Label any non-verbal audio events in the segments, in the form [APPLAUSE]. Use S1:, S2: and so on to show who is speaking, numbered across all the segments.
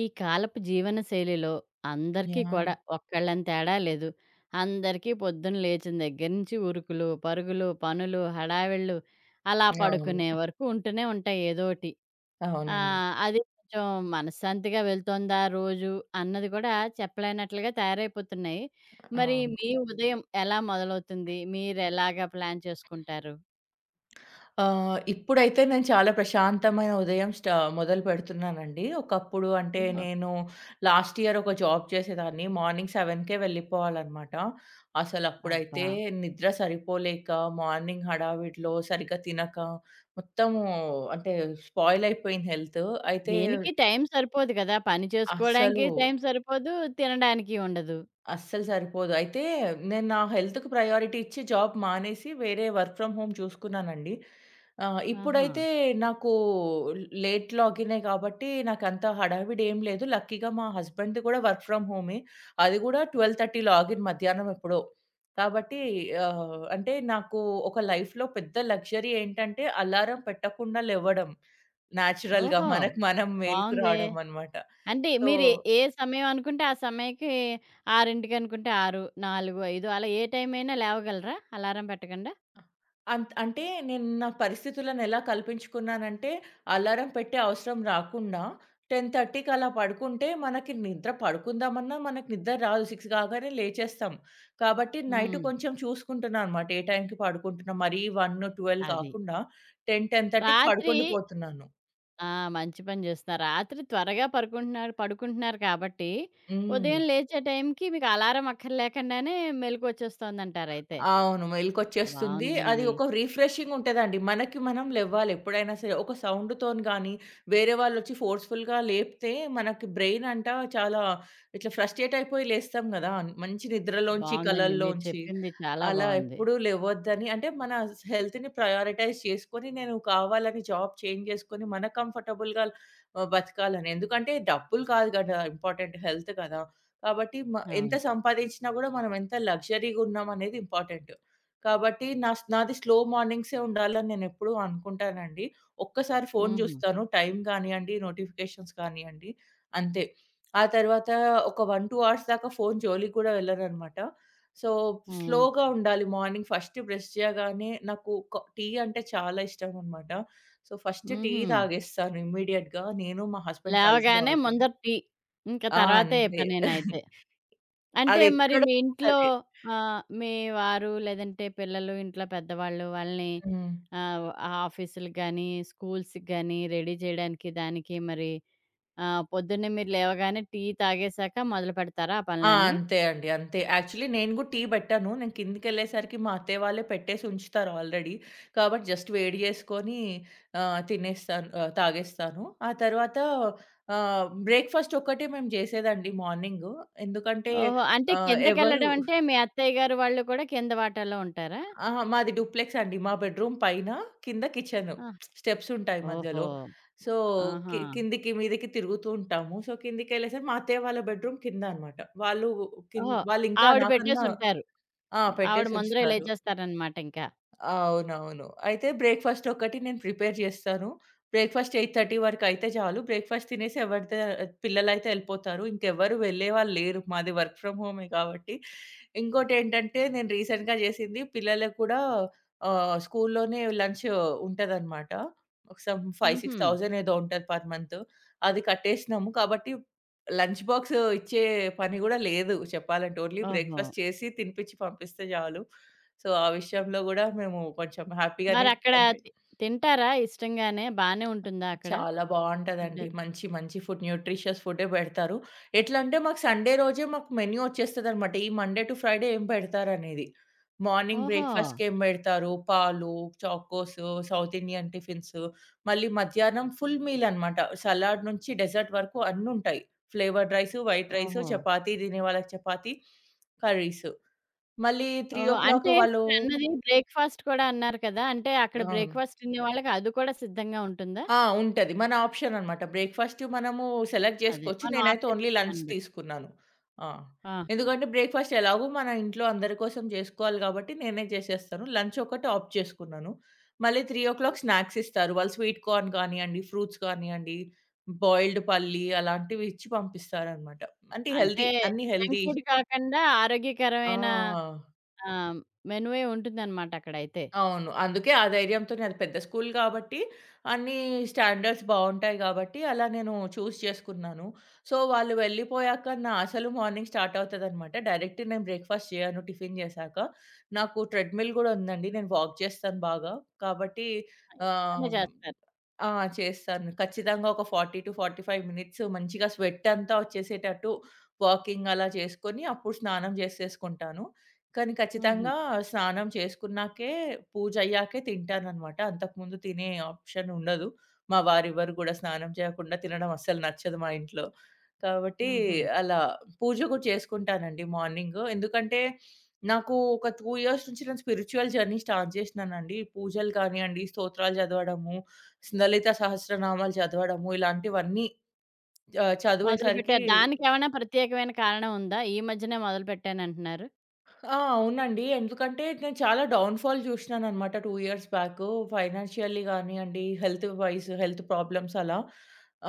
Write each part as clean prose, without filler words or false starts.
S1: ఈ కాలపు జీవన శైలిలో అందరికీ
S2: యాహ్!
S1: కూడా ఒక్కళ్ళని తేడా లేదు. అందరికీ పొద్దున్న లేచిన దగ్గర నుంచి ఉరుకులు, పరుగులు, పనులు, హడావిళ్ళు అలా
S2: అవును.
S1: పడుకునే వరకు ఉంటూనే ఉంటాయి ఏదోటి.
S2: అవునండి.
S1: అది కొంచెం మనశ్శాంతిగా వెళ్తోందా రోజు అన్నది కూడా చెప్పలేనట్లుగా తయారైపోతున్నాయి. మరి
S2: అవును.
S1: మీ ఉదయం ఎలా మొదలవుతుంది? మీరెలాగా ప్లాన్ చేసుకుంటారు?
S2: ఇప్పుడైతే నేను చాలా ప్రశాంతమైన ఉదయం మొదలుపెడుతున్నానండి. ఒకప్పుడు అంటే
S1: ఓహో!
S2: నేను లాస్ట్ ఇయర్ ఒక జాబ్ చేసేదాన్ని. మార్నింగ్ 7:00కే వెళ్ళిపోవాలనమాట.
S1: అబ్బా!
S2: అసలప్పుడైతే నిద్ర సరిపోలేక, మార్నింగ్ హడావిడిలో సరిగ్గా తినక, మొత్తము అంటే స్పాయిల్ అయిపోయింది హెల్త్. అయితే
S1: దేనికి టైం సరిపోదు కదా! పని చేసుకోవడానికి
S2: అస్సలు
S1: టైం సరిపోదు, తినడానికి ఉండదు.
S2: అస్సలు సరిపోదు. అయితే నేను నా హెల్త్‌కి ప్రయారిటీ ఇచ్చి జాబ్ మానేసి వేరే వర్క్ ఫ్రమ్ హోమ్ చూసుకున్నానండి.
S1: ఆహా!
S2: ఇప్పుడైతే నాకు లేట్ లాగినే కాబట్టి నాకంత హడావిడి ఏం లేదు. లక్కీగా మా హస్బెండ్‌ది కూడా వర్క్ ఫ్రమ్ హోమే. అది కూడా 12:30 లాగిన్ మధ్యాహ్నం ఎప్పుడో. కాబట్టి అంటే నాకు ఒక లైఫ్‌లో పెద్ద లగ్జరీ ఏంటంటే అలారం పెట్టకుండా లెవ్వడం. నేచురల్‌గా
S1: ఓహో!
S2: మనకు మనం మేలుకు
S1: బావుందే.
S2: రావడం అన్నమాట.
S1: అంటే
S2: సో,
S1: మీరు ఏ సమయం అనుకుంటే ఆ సమయానికి 6కి అనుకుంటే 6, 4, 5 అలా ఏ టైం అయినా లేవగలరా అలారం పెట్టకుండా?
S2: ఆ! అంటే నేను నా పరిస్థితులను ఎలా కల్పించుకున్నానంటే, అలారం పెట్టే అవసరం రాకుండా 10:30కి అలా పడుకుంటే మనకి నిద్ర పడుకుందామన్నా మనకు నిద్ర రాదు. 6 కాగానే లేచేస్తాం. కాబట్టి నైట్
S1: హ్మ్.
S2: కొంచెం చూసుకుంటున్నా అనమాట. ఏ టైంకి పడుకుంటున్నాం. మరీ 1, 12
S1: అది.
S2: కాకుండా 10, 10:30కి
S1: రాత్రి
S2: పడుకుండిపోతున్నాను.
S1: ఆ! మంచి పని చేస్తున్నారు. రాత్రి త్వరగా పడుకుంటున్నారు కాబట్టి
S2: హ్మ్.
S1: ఉదయం లేచే టైంకి మీకు అలారం అక్కర్లేకుండానే మెలుకువొచ్చేస్తోందంటారయితే.
S2: అవును. మెలుకొచ్చేస్తుంది. అది
S1: బావుందండి.
S2: ఒక రిఫ్రెషింగ్ ఉంటదండి. మనకి మనం లెవ్వాలి ఎప్పుడైనా సరే. ఒక సౌండ్‌తోని గానీ, వేరే వాళ్ళొచ్చి ఫోర్స్‌ఫుల్‌గా లేపితే మనకి బ్రెయిన్ అంట చాలా ఇట్లా ఫ్రస్ట్రేట్ అయిపోయి లేస్తాం గదా! మంచి నిద్రలోంచి,
S1: బావుందండి. మీరు
S2: కలల్లోంచి.
S1: చెప్పింది చాలా
S2: అలా
S1: బావుంది.
S2: ఎప్పుడూ లేవొద్దని అంటే మన హెల్త్‌ని ప్రయారిటైజ్ చేసుకొని నేను కావాలని జాబ్ చేంజ్ చేసుకొని, మన కంఫర్టబుల్‌గా బతకాలని. ఎందుకంటే డబ్బులు కాదు గదా! ఇంపార్టెంట్ హెల్త్ కదా! కాబట్టి ఎంత
S1: అవును.
S2: సంపాదించినా గూడా మనం ఎంత లగ్జరీగా ఉన్నామనేది ఇంపార్టెంట్. కాబట్టి నా స్ నాది స్లో మార్నింగ్సే ఉండాలని నేనెప్పుడూ అనుకుంటానండి. ఒక్కసారి ఫోను
S1: హుహు.
S2: చూస్తాను. టైం గానియండి, నోటిఫికేషన్స్ కానియండి అంతే. ఆ తర్వాత ఒక 1, 2 అవర్స్ దాకా ఫోను జోలికి గూడా వెళ్ళననమాట. సో,
S1: హ్మ్.
S2: స్లోగా ఉండాలి మార్నింగ్. ఫస్ట్ బ్రష్ చేయగానే నాకు టీ అంటే చాలా ఇష్టమనమాట. సో, ఫస్ట్ టీ
S1: హుహు.
S2: తాగేస్తాను ఇమ్మీడియేట్‌గా. నేను, మా హస్బెండ్ కలిసి
S1: లేవగానే
S2: తాగుతాం.
S1: ముందర టీ. ఇంక
S2: ఆ!
S1: తర్వాతే ఏ
S2: అంతే.
S1: పనేనైతే. అంటే మరి
S2: అదెక్కడో
S1: మీ ఇంట్లో
S2: సరే.
S1: మీ వారు లేదంటే పిల్లలు ఇంట్లో పెద్దవాళ్ళు వాళ్ళని
S2: హ్మ్.
S1: ఆహ్, ఆఫీసులకి గానీ, స్కూల్స్‌కి గానీ రెడీ చేయడానికి దానికి మరి పొద్దున్నే మీరు లేవగానే టీ తాగేసాక మొదలు పెడతారా ఆ
S2: ఆ!
S1: పనులన్నీ?
S2: అంతే అండి. అంతే. యాక్చువల్లీ నేను గూడా టీ బెట్టాను. నేను కిందకెళ్ళేసరికి మా అత్తయ్య వాళ్ళే పెట్టేసి ఉంచుతారు ఆల్రెడీ. కాబట్టి జస్ట్ వేడి జేసుకొని తాగేస్తాను. ఆ తర్వాత బ్రేక్‌ఫాస్ట్ ఒక్కటే మేము జేసేదండి మార్నింగు. ఎందుకంటే
S1: ఓహో! అంటే
S2: ఆహ్, ఎవరు
S1: కిందకెళ్ళడం అంటే మీ అత్తయ్య గారు వాళ్ళు కూడా కింద వాటాలో ఉంటారా?
S2: అహా! మాది డూప్లెక్స్ అండి. మా బెడ్‌రూమ్ పైన, కింద కిచెను.
S1: ఆ!
S2: స్టెప్స్ ఉంటాయి మధ్యలో.
S1: ఓహో!
S2: సో,
S1: ఆహా!
S2: కిందికి, మీదికి తిరుగుతూ ఉంటాము. సో, కిందికెళ్ళేసరికి మా అత్తయ్య వాళ్ళ బెడ్‌రూమ్ కింద అన్నమాట. వాళ్ళు కింద
S1: ఓహో!
S2: వాళ్ళింకా
S1: ఆవిడ
S2: నాకన్నా
S1: పెట్టేసుంటారు.
S2: ఆ!
S1: ఆవిడ
S2: పెట్టేసి
S1: ముందరే
S2: ఉంచుతారు.
S1: లేచేస్తారనమాట ఇంక.
S2: అవునవును. అయితే బ్రేక్‌ఫాస్ట్ ఒకటి నేను ప్రిపేర్ చేస్తాను. బ్రేక్‌ఫాస్ట్ 8:30 వరకయితే చాలు. బ్రేక్‌ఫాస్ట్ తినేసి ఎవరిదే పిల్లలైతే ఎళ్ళిపోతారు. ఇంకెవ్వరు వెళ్ళేవాళ్ళు లేరు. మాది వర్క్ ఫ్రమ్ హోమే కాబట్టి. ఇంకోటేంటంటే నేను రీసెంట్‌గా చేసింది పిల్లలకు కూడా స్కూల్లోనే లంచ్ ఉంటదనమాట. ఒక సమ్ 5,
S1: హుహు.
S2: 6 థౌసండ్ ఏదో ఉంటది పర్ మంత్. అది కట్టేసినాము. కాబట్టి లంచ్ బాక్స్ ఇచ్చే పని కూడా లేదు చెప్పాలంటే. ఓన్లీ
S1: ఓహో!
S2: బ్రేక్‌ఫాస్ట్ చేసి తినిపించి పంపిస్తే చాలు. సో, ఆ విషయంలో గూడా మేము కొంచెం హ్యాపీగానే.
S1: మరక్కడ
S2: అంటే
S1: తి తింటారా ఇష్టంగానే? బానే ఉంటుందా అక్కడ
S2: చాలా బావుంటదండి.
S1: ఫుడ్డది?
S2: మంచి, మంచి ఫుడ్, న్యూట్రిషియస్ ఫుడే బెడతారు. ఎట్లా అంటే మాకు సండే రోజే మాకు మెన్యూ ఒచ్చేస్తదనమాట. ఈ మండే టు ఫ్రైడే ఏం బెడతారనేది. మార్నింగ్
S1: ఓహో!
S2: బ్రేక్‌ఫాస్ట్‌కి ఏం బెడతారు, పాలు, చాకోసు, సౌత్ ఇండియన్ టిఫిన్స్, మళ్ళీ మధ్యాహ్నం ఫుల్ మీల్ అనమాట. సలాడ్ నుంచి డెజర్ట్ వరకు అన్నుంటాయి. ఫ్లేవర్డ్ రైసు, వైట్ రైసు,
S1: ఓహో!
S2: చపాతీ తినే వాళ్ళకి చపాతీ, కర్రీసు. మళ్ళీ
S1: ఓహో! అంటే
S2: 3:00 వాళ్ళు
S1: మీరన్నది [LAUGHS] బ్రేక్‌ఫాస్ట్ కూడా అన్నారు కదా! అంటే అక్కడ
S2: అవును.
S1: బ్రేక్‌ఫాస్ట్ తినే వాళ్ళకి అది కూడా సిద్ధంగా ఉంటుందా?
S2: ఆ! ఉంటది. మన ఆప్షన్ అనమాట. బ్రేక్‌ఫాస్ట్ మనము సెలెక్ట్
S1: అదే.
S2: జేసుకోవచ్చు.
S1: మనం ఆఫ్
S2: నేనైతే ఓన్లీ లంచ్
S1: చేసుకోడాన్ని బట్టి.
S2: తీసుకున్నాను. ఆ!
S1: ఆహా!
S2: ఎందుకంటే బ్రేక్‌ఫాస్ట్ ఎలాగో మన ఇంట్లో అందరి కోసం జేసుకోవాలి గాబట్టి, నేనే జేసేస్తాను. లంచ్ ఒకటి ఆప్ట్ చేసుకున్నాను. మళ్ళీ 3:00 స్నాక్స్ ఇస్తారు. వాళ్ళు స్వీట్ కార్న్ గానియండి, ఫ్రూట్స్ గానియండి, బాయిల్డ్ పల్లి అలాంటివి ఇచ్చి పంపిస్తారనమాట. అంటే
S1: అంటే
S2: హెల్తీ, అన్నీ
S1: జంక్
S2: హెల్తీ.
S1: ఫుడ్ కాకుండా
S2: ఆ!
S1: ఆరోగ్యకరమైన ఆహ్, మెనువే ఉంటుందనమాట అక్కడైతే.
S2: అవును. అందుకే ఆ ధైర్యంతోనే అది పెద్ద స్కూల్ కాబట్టి అన్నీ స్టాండర్డ్స్ బావుంటాయి కాబట్టి అలా నేను చూజ్ చేసుకున్నాను. సో, వాళ్ళు వెళ్ళిపోయాక నా అసలు మార్నింగ్ స్టార్ట్ అవుతదనమాట. డైరెక్ట్ నేను బ్రేక్‌ఫాస్ట్ చేయను టిఫిన్ చేశాక. నాకు ట్రెడ్‌మిల్ గూడా ఉందండి. నేను వాక్ చేస్తాను బాగా. కాబట్టి
S1: ఇంట్లోనే
S2: ఆహ్
S1: చేస్తారు.
S2: ఆ! చేస్తాను. ఖచ్చితంగా ఒక 40-45 మినిట్స్ మంచిగా స్వెటంతా ఒచ్చేసేటట్టు వాకింగ్ అలా చేసుకొని, అప్పుడు స్నానం జేసేసుకుంటాను. కానీ
S1: హుహు.
S2: ఖచ్చితంగా స్నానం చేసుకున్నాకే, పూజయ్యాకే తింటాననమాట. అంతకుముందు తినే ఆప్షన్ ఉండదు. మా వారెవ్వరు గూడా స్నానం చేయకుండా తినడం అస్సలు నచ్చదు మా ఇంట్లో. కాబట్టి
S1: హుహు.
S2: అలా పూజ గూడా చేసుకుంటానండి మార్నింగు. ఎందుకంటే, నాకు ఒక 2 ఇయర్స్ నుంచి నేను స్పిరిచ్యువల్ జర్నీ స్టార్ట్ జేసినానండి. పూజలు గానియండి, స్తోత్రాలు జదవడము, 'లలిత సహస్రనామాలు' చదవడము ఇలాంటివన్నీ చదివేసరికి
S1: మొదలుపెట్టారు. దానికేమైనా ప్రత్యేకమైన కారణం ఉందా? ఈ మధ్యనే మొదలుపెట్టానంటున్నారు.
S2: ఆ! అవునండి. ఎందుకంటే నేను చాలా డౌన్‌ఫాల్ చూసినాననమాట 2 ఇయర్స్ బ్యాకు. ఫైనాన్షియల్లీ గానియండి, హెల్త్ ప్రాబ్లమ్స్ అలా.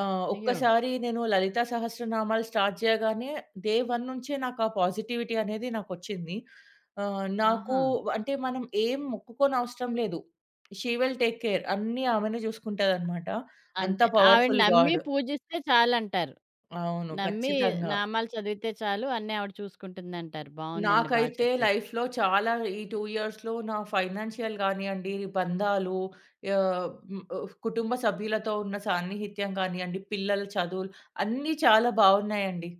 S1: అయ్యో!
S2: ఒక్కసారి నేను 'లలిత సహస్రనామాలు' స్టార్ట్ చేయగానే డే 1 నుంచే నాకు ఆ పాజిటివిటీ అనేది నాకొచ్చింది. ఆహ్, నాకు
S1: ఆహా!
S2: అంటే మనం ఏం మొక్కుకోనవసరం లేదు. She will take care. అన్నీ ఆమెనే చూసుకుంటదనమాట. అంత
S1: అంతే. ఆవిడ
S2: పవర్‌ఫుల్
S1: నమ్మి
S2: గాడ్.
S1: పూజిస్తే చాలంటారు.
S2: అవును.
S1: నమ్మి
S2: ఖచ్చితంగా.
S1: నామాలు చదివితే చాలు అన్నీ ఆవిడ చూసుకుంటుందంటారు. బావుందండి. బా
S2: నాకైతే
S1: చెప్పారు.
S2: లైఫ్‌లో చాలా ఈ 2 ఇయర్స్‌లో నా ఫైనాన్షియల్ గానియండి, బంధాలు కుటుంబ సభ్యులతో ఉన్న సాన్నిహిత్యం గానియండి, పిల్లల చదువులు అన్నీ చాలా బావున్నాయండి.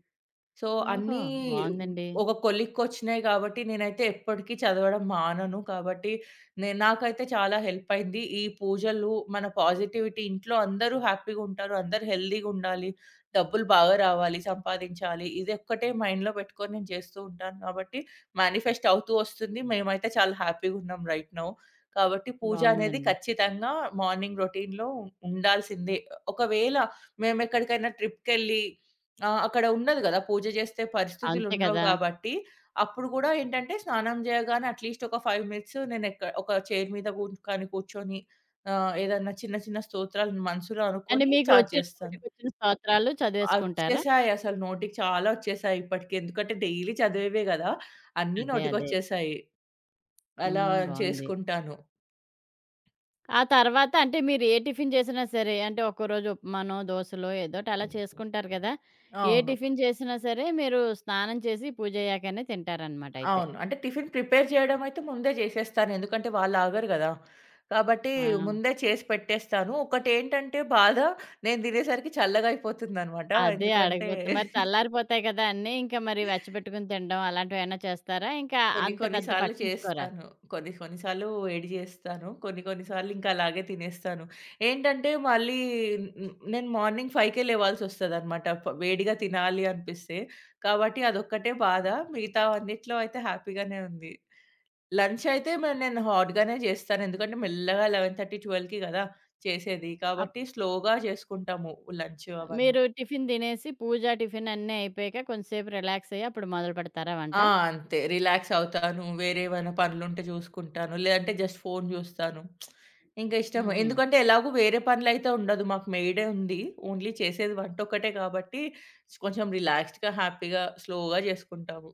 S2: సో,
S1: ఓహో!
S2: అన్నీ
S1: బావుందండి.
S2: ఒక కొలిక్కొచ్చినాయి గాబట్టి, నేనైతే ఎప్పటికి చదవడం మానను. కాబట్టి, నాకైతే చాలా హెల్పయింది. ఈ పూజలు, మన పాజిటివిటీ, ఇంట్లో అందరూ హ్యాపీగుంటారు. అందరూ హెల్దీగుండాలి. డబ్బులు బాగా రావాలి, సంపాదించాలి. ఇదొక్కటే మైండ్‌లో పెట్టుకొని నేను చేస్తూ ఉంటాను కాబట్టి, మేనిఫెస్ట్ అవుతూ వస్తుంది. మేమైతే చాలా హ్యాపీగున్నాం రైట్ నౌ. కాబట్టి, పూజ అనేది
S1: బావుందండి.
S2: ఖచ్చితంగా మార్నింగ్ రొటీన్‌లో ఉండాల్సిందే. ఒకవేళ మేమెక్కడికైనా ట్రిప్‌కెళ్ళి ఆ! అక్కడ ఉండదు గదా! పూజ చేస్తే
S1: అంతే
S2: పరిస్థితులుండవు
S1: కదా!
S2: కాబట్టి, అప్పుడు గూడా ఏంటంటే, స్నానం జేయగానే అట్‌లీస్ట్ ఒక 5 మినిట్స్ ఒక చైర్ మీద కానీ కూర్చొని ఏదన్నా చిన్న చిన్న స్తోత్రాలు మనసులో
S1: అంటే
S2: అనుకోని స్టార్ట్
S1: మీకొచ్చిన
S2: చేస్తాను.
S1: నోటికొచ్చిన స్తోత్రాలు చదివేసుకుంటారా?
S2: నోటికి చాలా ఒచ్చేసాయి ఇప్పటికి. ఎందుకంటే, డైలీ చదివేవే గదా! అన్నీ
S1: అదే. అదే.
S2: నోటికొచ్చేసాయి. అలా
S1: హ్మ్. బావుంది.
S2: చేసుకుంటాను.
S1: ఆ తర్వాత అంటే మీరు ఏ టిఫిన్ చేసినా సరే అంటే ఒక్కోరోజు ఉప్మానో, దోసలో ఏదోటి అలా చేసుకుంటారు కదా! ఏ
S2: అవును.
S1: టిఫిన్ చేసినా సరే మీరు స్నానం చేసి పూజయ్యాకనే తింటారనమాట అయితే.
S2: అవును. అంటే టిఫిన్ ప్రిపేర్ చేయడం అయితే ముందే చేసేస్తాను. ఎందుకంటే వాళ్ళు ఆగరు గదా! కాబట్టి
S1: ఆ!
S2: ముందే చేసి పెట్టేస్తాను. ఒకటేంటంటే బాధ, నేను తినేసరికి చల్లగా అయిపోతుందనమాట.
S1: అదే
S2: ఎందుకంటే
S1: అడగబోతున్నా. మరి
S2: [LAUGHS]
S1: చల్లారిపోతాయి కదా అన్నీ. ఇంకా మరి వెచ్చబెట్టుకొని తినడం అలాంటివేమైనా చేస్తారా? ఇంకా
S2: కొన్ని
S1: అంత
S2: కొన్ని
S1: పెద్ద
S2: సార్లు
S1: పట్టించుకోరా?
S2: చేస్తాను. కొన్ని కొన్ని సార్లు వేడి చేస్తాను. కొన్ని కొన్ని సార్లు ఇంకా అలాగే తినేస్తాను. ఏంటంటే మళ్ళీ హ్మ్, నేను మార్నింగ్ 5కే లేవాల్సొస్తదనమాట వేడిగా తినాలి అనిపిస్తే. కాబట్టి అదొక్కటే బాధ. మిగతావన్నిట్లో అయితే హ్యాపీగానే ఉంది. లంచ్ అయితే నేను హాట్‌గానే జేస్తాను. ఎందుకంటే మెల్లగా 11:30, 12కి గదా చేసేది.
S1: అప్
S2: కాబట్టి స్లోగా చేసుకుంటాము లంచ్ అవన్నీ.
S1: మీరు టిఫిన్ తినేసి పూజ, టిఫిన్ అన్నీ అయిపోయాక కొంచెంసేపు రిలాక్స్ అయ్యి అప్పుడు మొదలుపెడతారా వంట?
S2: ఆ! అంతే. రిలాక్స్ అవుతాను. వేరే ఏమైనా పనులుంటే జూసుకుంటాను. లేదంటే జస్ట్ ఫోను జూస్తాను. ఇంక ఇష్టం.
S1: హుహు.
S2: ఎందుకంటే ఎలాగో వేరే పనులైతే ఉండదు. మాకు మెయిడే ఉంది. ఓన్లీ చేసేది వంటొక్కటే కాబట్టి కొంచెం రిలాక్స్‌డ్‌గా, హ్యాపీగా, స్లోగా జేసుకుంటాము.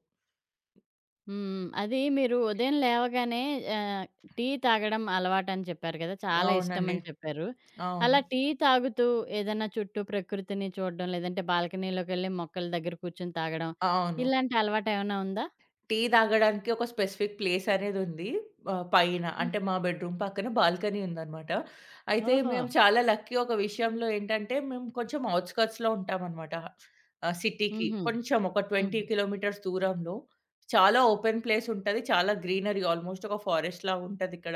S1: హ్మ్. అది మీరు ఉదయం లేవగానే ఆహ్, టీ తాగడం అలవాటని చెప్పారు కదా! చాలా
S2: అవునండి.
S1: ఇష్టమని చెప్పారు.
S2: అవును.
S1: అలా టీ తాగుతూ ఏదైనా చుట్టూ ప్రకృతిని చూడడం, లేదంటే బాల్కనీలోకెళ్ళి మొక్కల దగ్గర కూర్చొని తాగడం,
S2: అవును.
S1: ఇలాంటి అలవాటేమైనా ఉందా?
S2: టీ తాగడానికి ఒక స్పెసిఫిక్ ప్లేస్ అనేదుంది. పైన
S1: హ్మ్.
S2: అంటే మా బెడ్‌రూమ్ పక్కన బాల్కనీ ఉందనమాట. అయితే
S1: ఓహో!
S2: మేము చాలా లక్కీ ఒక విషయంలో ఏంటంటే, మేము కొంచెం ఔట్‌స్కర్ట్స్‌లో ఉంటామనమాట. సిటీకి
S1: హుహు.
S2: కొంచెం ఒక 20
S1: హుహు.
S2: కిలోమీటర్స్ దూరంలో. చాలా ఓపెన్ ప్లేస్ ఉంటది. చాలా గ్రీనరీ, ఆల్మోస్ట్ ఒక ఫారెస్ట్‌లా ఉంటదిక్కడ.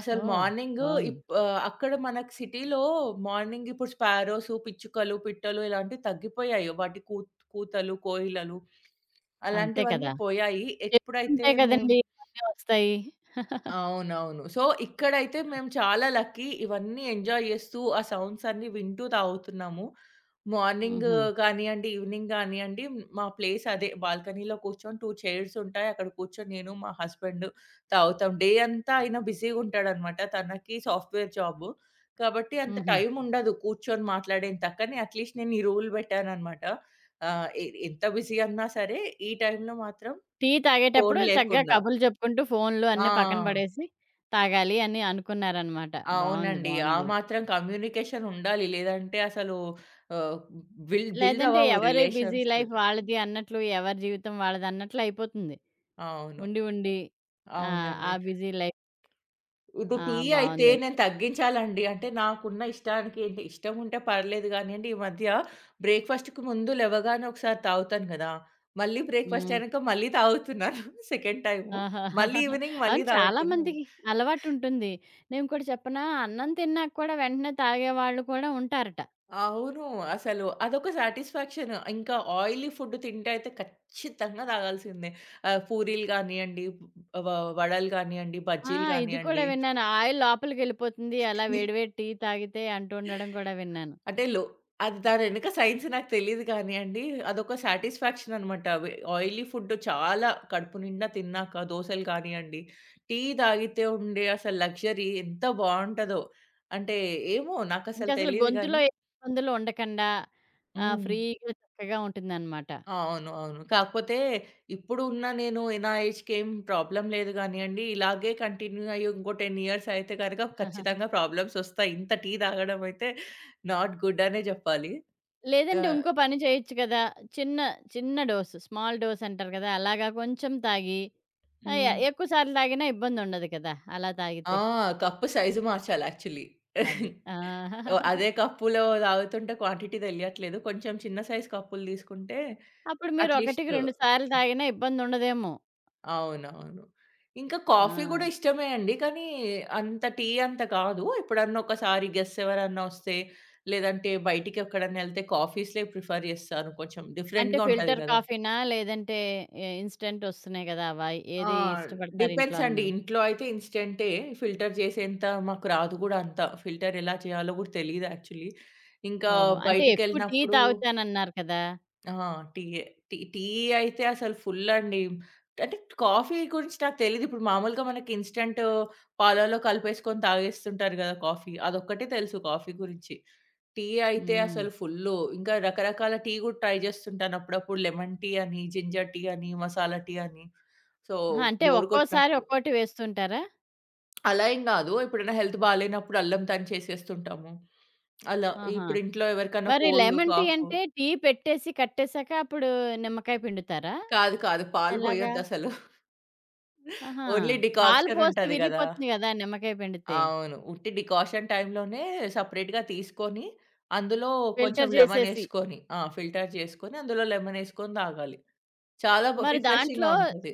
S2: అసలు
S1: ఓహ్!
S2: మార్నింగ్
S1: బావుంది.
S2: అక్కడ మనకు సిటీలో మార్నింగ్ ఇప్పుడు స్పారోస్, పిచ్చుకలు, పిట్టలు ఇలాంటివి తగ్గిపోయాయి. వాటి కూతలు, కోయిలలు.
S1: అంతే
S2: అలాంటివన్నీ
S1: కదా!
S2: పోయాయి. ఎప్పుడైతే
S1: చెప్తుంటే
S2: మేము
S1: కదండీ అన్నీ వస్తాయి.
S2: అవునవును. సో, ఇక్కడైతే మేము చాలా లక్కీ. ఇవన్నీ ఎంజాయ్ చేస్తూ, ఆ సౌండ్స్ అన్నీ వింటూ తాగుతున్నాము. మార్నింగ్
S1: హుహు.
S2: కానియండి, ఈవినింగ్ కానియండి, మా ప్లేస్ అదే బాల్కనీలో కూర్చొని 2 చైర్స్ ఉంటాయి. అక్కడ కూర్చొని నేను, మా హస్బెండ్ తాగుతాం. డే అంతా ఆయన బిజీగా ఉంటాడనమాట. తనకి సాఫ్ట్‌వేర్ జాబు. కాబట్టి అంత
S1: హుహు.
S2: టైం ఉండదు కూర్చొని మాట్లాడేంత. కానీ అట్‌లీస్ట్ నేను ఈ రూల్ పెట్టాననమాట. ఆహ్, ఎ ఎంత బిజీ అన్నా సరే, ఈ టైంలో మాత్రం
S1: టీ తాగేటప్పుడు
S2: ఫోను
S1: చక్కగా
S2: లేకుండా.
S1: కబుర్లు చెప్పుకుంటూ ఫోన్‌లు
S2: ఆ!
S1: అన్నీ పక్కన పడేసి తాగాలి అని అనుకున్నారనమాట. బావుంది.
S2: అవునండి. ఆ
S1: బావుంది.
S2: మాత్రం కమ్యూనికేషన్ ఉండాలి. లేదంటే అసలు ఆహ్, బిల్డ్ బిల్డ్
S1: లేదంటే
S2: అవ్వవు
S1: ఎవరి బిజీ
S2: రిలేషన్స్.
S1: లైఫ్ వాళ్ళది అన్నట్లు, ఎవరి జీవితం వాళ్ళదన్నట్లు అయిపోతుంది.
S2: అవును.
S1: ఉండి ఉండి ఆ
S2: అవునండి.
S1: Busy life.
S2: ఇప్పుడు
S1: ఆ!
S2: టీ అయితే
S1: బావుందయితే.
S2: నేను తగ్గించాలండి. అంటే నాకున్న ఇష్టానికి ఏంటి ఇష్టం ఉంటే పర్లేదు గానీయండి, ఈ మధ్య బ్రేక్‌ఫాస్ట్‌కి ముందు లెవ్వగానే ఒకసారి తాగుతాను గదా! మళ్ళీ బ్రేక్‌ఫాస్ట్
S1: హ్మ్.
S2: అయినాక మళ్ళీ తాగుతున్నాను [LAUGHS] సెకండ్ టైము.
S1: ఆహా!
S2: మళ్ళీ ఈవినింగ్ మళ్ళీ
S1: అవును. చాలా
S2: తాగుతున్నాను.
S1: మందికి అలవాటుంటుంది. నేను ఇంకోటి చెప్పనా? అన్నం తిన్నాక కూడా వెంటనే తాగేవాళ్ళు కూడా ఉంటారట.
S2: అవును. అసలు అదొక సాటిస్ఫాక్షన్. ఇంకా ఆయిలీ ఫుడ్ తింటే అయితే ఖచ్చితంగా తాగాల్సిందే. పూరీలు గానియండి, వ వడలు గానియండి,
S1: ఆ!
S2: బజ్జీలు
S1: ఇది కూడా
S2: గానియండి.
S1: విన్నాను. ఆయిల్ లోపలికెళ్ళిపోతుంది. అలా వేడి వేడి టీ తాగితే అంటూ ఉండడం కూడా విన్నాను.
S2: అంటే లో అది దాని వెనక సైన్స్ నాకు తెలీదు గానియండి. అదొక సాటిస్ఫాక్షన్ అనమాట. ఆయిలీ ఫుడ్ చాలా కడుపు నిండా తిన్నాక దోసలు గానియండి, టీ తాగితే ఉండే అసలు లగ్జరీ ఎంత బావుంటదో. అంటే ఏమో నాకసలు
S1: ఇంకసలు
S2: తెలీదు
S1: గొంతులో
S2: గానీ
S1: ఏ ఇబ్బందులు ఉండకుండా
S2: హ్మ్.
S1: ఫ్రీగా చక్కగా ఉంటుందనమాట.
S2: ఆ, అవును. అవును. కాకపోతే ఇప్పుడు ఉన్న నేను నా ఏజ్‌కేం ప్రాబ్లమ్ లేదు గానీయండి. ఇలాగే కంటిన్యూ అయ్యి ఇంకో 10 ఇయర్స్ అయితే గనక ఖచ్చితంగా ప్రాబ్లమ్స్ ఒస్తాయి. ఇంత టీ తాగడం అయితే నాట్ గుడ్ అనే జెప్పాలి.
S1: లేదంటే
S2: ఆహ్,
S1: ఇంకో పని చేయొచ్చు కదా! చిన్న, చిన్న డోస్ స్మాల్ డోస్ అంటారు కదా! అలాగా కొంచెం తాగి ఆహ్, ఎ
S2: హ్మ్.
S1: ఎక్కువ సార్లు తాగినా ఇబ్బందుండదు కదా! అలా
S2: ఆ!
S1: తాగితే.
S2: కప్పు సైజ్ మార్చాలి యాక్చువల్లీ.
S1: అది.
S2: [LAUGHS]
S1: ఆ!
S2: ఓహ్! అదే కప్పులో తాగుతుంటే క్వాంటిటీ తెలియట్లేదు. కొంచెం చిన్న సైజ్ కప్పులు తీసుకుంటే
S1: అప్పుడు మీరు ఒకటికి
S2: అట్‌లీస్ట్
S1: 2 సార్లు తాగినా ఇబ్బందుండదేమో.
S2: అవునవును. ఇంకా కాఫీ గూడా
S1: ఆ!
S2: ఇష్టమే అండి. కానీ అంత టీ అంత కాదు. ఎప్పుడన్నా ఒకసారి గెస్ట్స్ ఎవరన్నా ఒస్తే, లేదంటే బయటికెక్కడన్నా ఎళ్తే కాఫీస్‌లే ప్రిఫర్ జేస్తాను. కొంచెం
S1: అంటే
S2: డిఫరెంట్‌గా ఉంటది
S1: ఫిల్టర్
S2: గదా!
S1: కాఫీనా? లేదంటే ఇన్‌స్టంట్ ఒస్తున్నాయి గదా! అవా?
S2: ఆ!
S1: ఏది ఇష్టపడతారు ఇంట్లో
S2: డిపెండ్స్ అండి.
S1: అందరూ?
S2: ఇంట్లో అయితే ఇన్‌స్టంటే. ఫిల్టర్ చేసేంత మాకు రాదు గూడా అంత. ఫిల్టర్ ఎలా చేయాలో గూడా తెలీదు యాక్చువల్లీ. ఇంకా
S1: ఓహో! అంటే ఎక్కువ టీ
S2: బయటికెళ్ళినప్పుడు
S1: తాగుతానన్నారు కదా!
S2: ఆ! టీయే. టీ టీ అయితే అసలు ఫుల్లండి. అంటే కాఫీ గురించి నాకు తెలీదు. ఇప్పుడు మామూలుగా మనకి ఇన్‌స్టంట్ పాలల్లో కలిపేసుకొని తాగేస్తుంటారు గదా కాఫీ. అదొక్కటే తెలుసు కాఫీ గురించి. టీ అయితే
S1: హ్మ్.
S2: అసలు ఫుల్లు. ఇంకా రకరకాల టీ గూడా ట్రై జేస్తుంటాను అప్పుడప్పుడు. లెమన్ టీ అని, జింజర్ టీ అని, మసాలా టీ అని. సో,
S1: ఆహా! అంటే
S2: బోర్
S1: ఒక్కోసారి
S2: గొట్టినప్పుడు.
S1: ఒక్కోటి వేస్తుంటారా?
S2: అలా ఏం గాదు. ఎప్పుడైనా హెల్త్ బాలేనప్పుడు అల్లం తాలింపు చేసేస్తుంటాము. అలా
S1: ఆహా!
S2: ఇప్పుడు ఇంట్లో ఎవరికన్నా
S1: మరి
S2: కోల్డ్,
S1: లెమన్ టీ
S2: కాఫ్.
S1: అంటే టీ పెట్టేసి కట్టేసాక అప్పుడు నిమ్మకాయ పిండుతారా?
S2: కాదు. కాదు. పాలు
S1: ఎలాగా?
S2: పోయొద్దసలు.
S1: ఆహా!
S2: ఓన్లీ
S1: పాలు
S2: డికాక్షన్
S1: పోస్తే
S2: ఉంటది గదా!
S1: విరిగిపోతుంది గదా! నిమ్మకాయ పిండితే.
S2: అవును. ఉట్టి డికాషన్ టైమ్‌లోనే సెపరేట్‌గా తీసుకొని, అందులో కొంచెం
S1: ఫిల్టర్ చేసేసి.
S2: లెమనేసుకొని, ఆ! ఫిల్టర్ చేసుకొని, అందులో లెమనేసుకొని తాగాలి. చాలా
S1: మరి
S2: రిఫ్రెషింగ్‌గా
S1: దాంట్లో
S2: ఉంటది.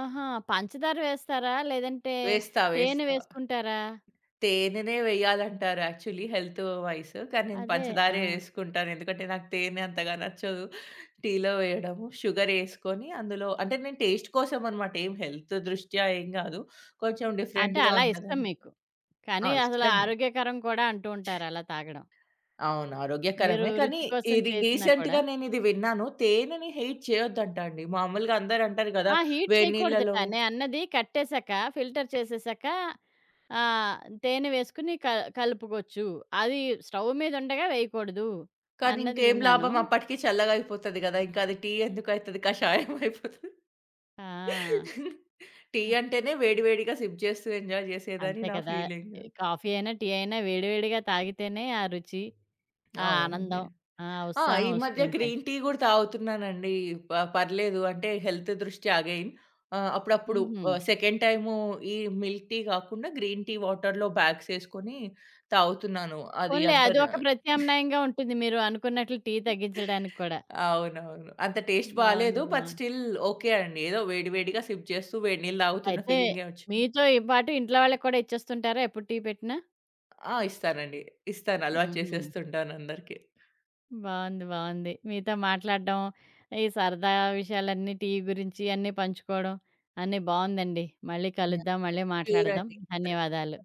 S1: ఆహా! పంచదార వేస్తారా? లేదంటే
S2: వేస్తా,
S1: తేనె
S2: వేస్తా.
S1: వేసుకుంటారా?
S2: తేనెనే వేయాలంటారు యాక్చువల్లీ హెల్త్ వైస్. కానీ నేను
S1: అదే. ఆ!
S2: పంచదారే ఏసుకుంటాను. ఎందుకంటే నాకు తేనె అంతగా నచ్చదు. టీలో వేయడము. షుగరేసుకొని అందులో, అంటే నేను టేస్ట్ కోసం అన్నమాట. ఏం హెల్త్ దృష్ట్యా ఏం గాదు. కొంచెం
S1: అంటే
S2: డిఫరెంట్‌గా
S1: అలా ఇష్టం
S2: ఉంటదని.
S1: మీకు.
S2: ఆ!
S1: కానీ అసలు
S2: ఇష్టం.
S1: ఆరోగ్యకరం కూడా అంటూ ఉంటారు అలా తాగడం.
S2: అవును.
S1: మీరు
S2: ఆరోగ్యకరమే. కానీ
S1: రుచి కోసం
S2: ఇది
S1: చేసినా కూడా.
S2: రీసెంట్‌గా నేనిది విన్నాను. తేనెని హెయిట్ చేయొద్దంట అండి. మామూలుగా అందరంటారు గదా!
S1: ఆ! హీట్
S2: వేడి
S1: చేయకూడదట.
S2: నీళ్లలో
S1: నేను అన్నది కట్టేసాక, ఫిల్టర్ చేసేసాక తేనె వేసుకుని కలుపుకోవచ్చు. అది స్టవ్ మీద ఉండగా వేయకూడదు
S2: కానీ
S1: అన్నది
S2: ఇంకేం
S1: విన్నాను.
S2: లాభం అప్పటికి చల్లగా అయిపోతది గదా! ఇంకా అది టీ ఎందుకయితది? కషాయం అయిపోతది.
S1: ఆ!
S2: టీ అంటేనే వేడి వేడిగా సిప్ చేస్తూ ఎంజాయ్ చేసేదని
S1: అంతే
S2: నా
S1: కదా!
S2: ఫీలింగ్.
S1: కాఫీ అయినా, టీ అయినా వేడి వేడిగా తాగితేనే ఆ రుచి. ఆ!
S2: అవునండి.
S1: ఆనందం. ఆ!
S2: ఆ!
S1: ఉత్సాహం
S2: ఈ
S1: ఒస్తూ
S2: మధ్య
S1: ఉంటాయి.
S2: గ్రీన్ టీ గూడా తాగుతున్నానండి. పర్లేదు అంటే హెల్త్ దృష్ట్యా అగైన్ అప్పుడప్పుడు
S1: హుహు.
S2: సెకండ్ టైము ఈ మిల్క్ టీ గాకుండా గ్రీన్ టీ వాటర్‌లో బ్యాగ్స్ ఏసుకొని తాగుతున్నాను. అది
S1: పోన్లే
S2: అంత
S1: అది ఒక ప్రత్యామ్నాయంగా ఉంటుంది మీరు అనుకున్నట్లు టీ తగ్గించడానికి కూడా.
S2: అవునవును. అంత టేస్ట్
S1: బావుంది.
S2: బాలేదు. బట్
S1: బావుంది.
S2: స్టిల్ ఓకే అండి. ఏదో వేడి వేడిగా సిప్ చేస్తూ వేడి నీళ్ళు తాగుతున్న
S1: అయితే
S2: ఫీలింగే వచ్చింది.
S1: మీతో ఈ పాటు ఇంట్లో వాళ్ళకి కూడా ఇచ్చేస్తుంటారా ఎప్పుడు టీ పెట్టినా?
S2: ఆ! ఇస్తానండి. ఇస్తాను. అలవాటు
S1: హుహు.
S2: చేసేస్తుంటాను అందరికి.
S1: బావుంది. బావుంది. మీతో మాట్లాడడం, ఈ సరదా విషయాలన్నీ టీ గురించి అన్నీ పంచుకోవడం అన్నీ బావుందండి. మళ్ళీ
S2: యాహ్!
S1: కలుద్దాం. మళ్ళీ
S2: ప్యూర్
S1: మాట్లాడదాం.
S2: అండి.
S1: ధన్యవాదాలు.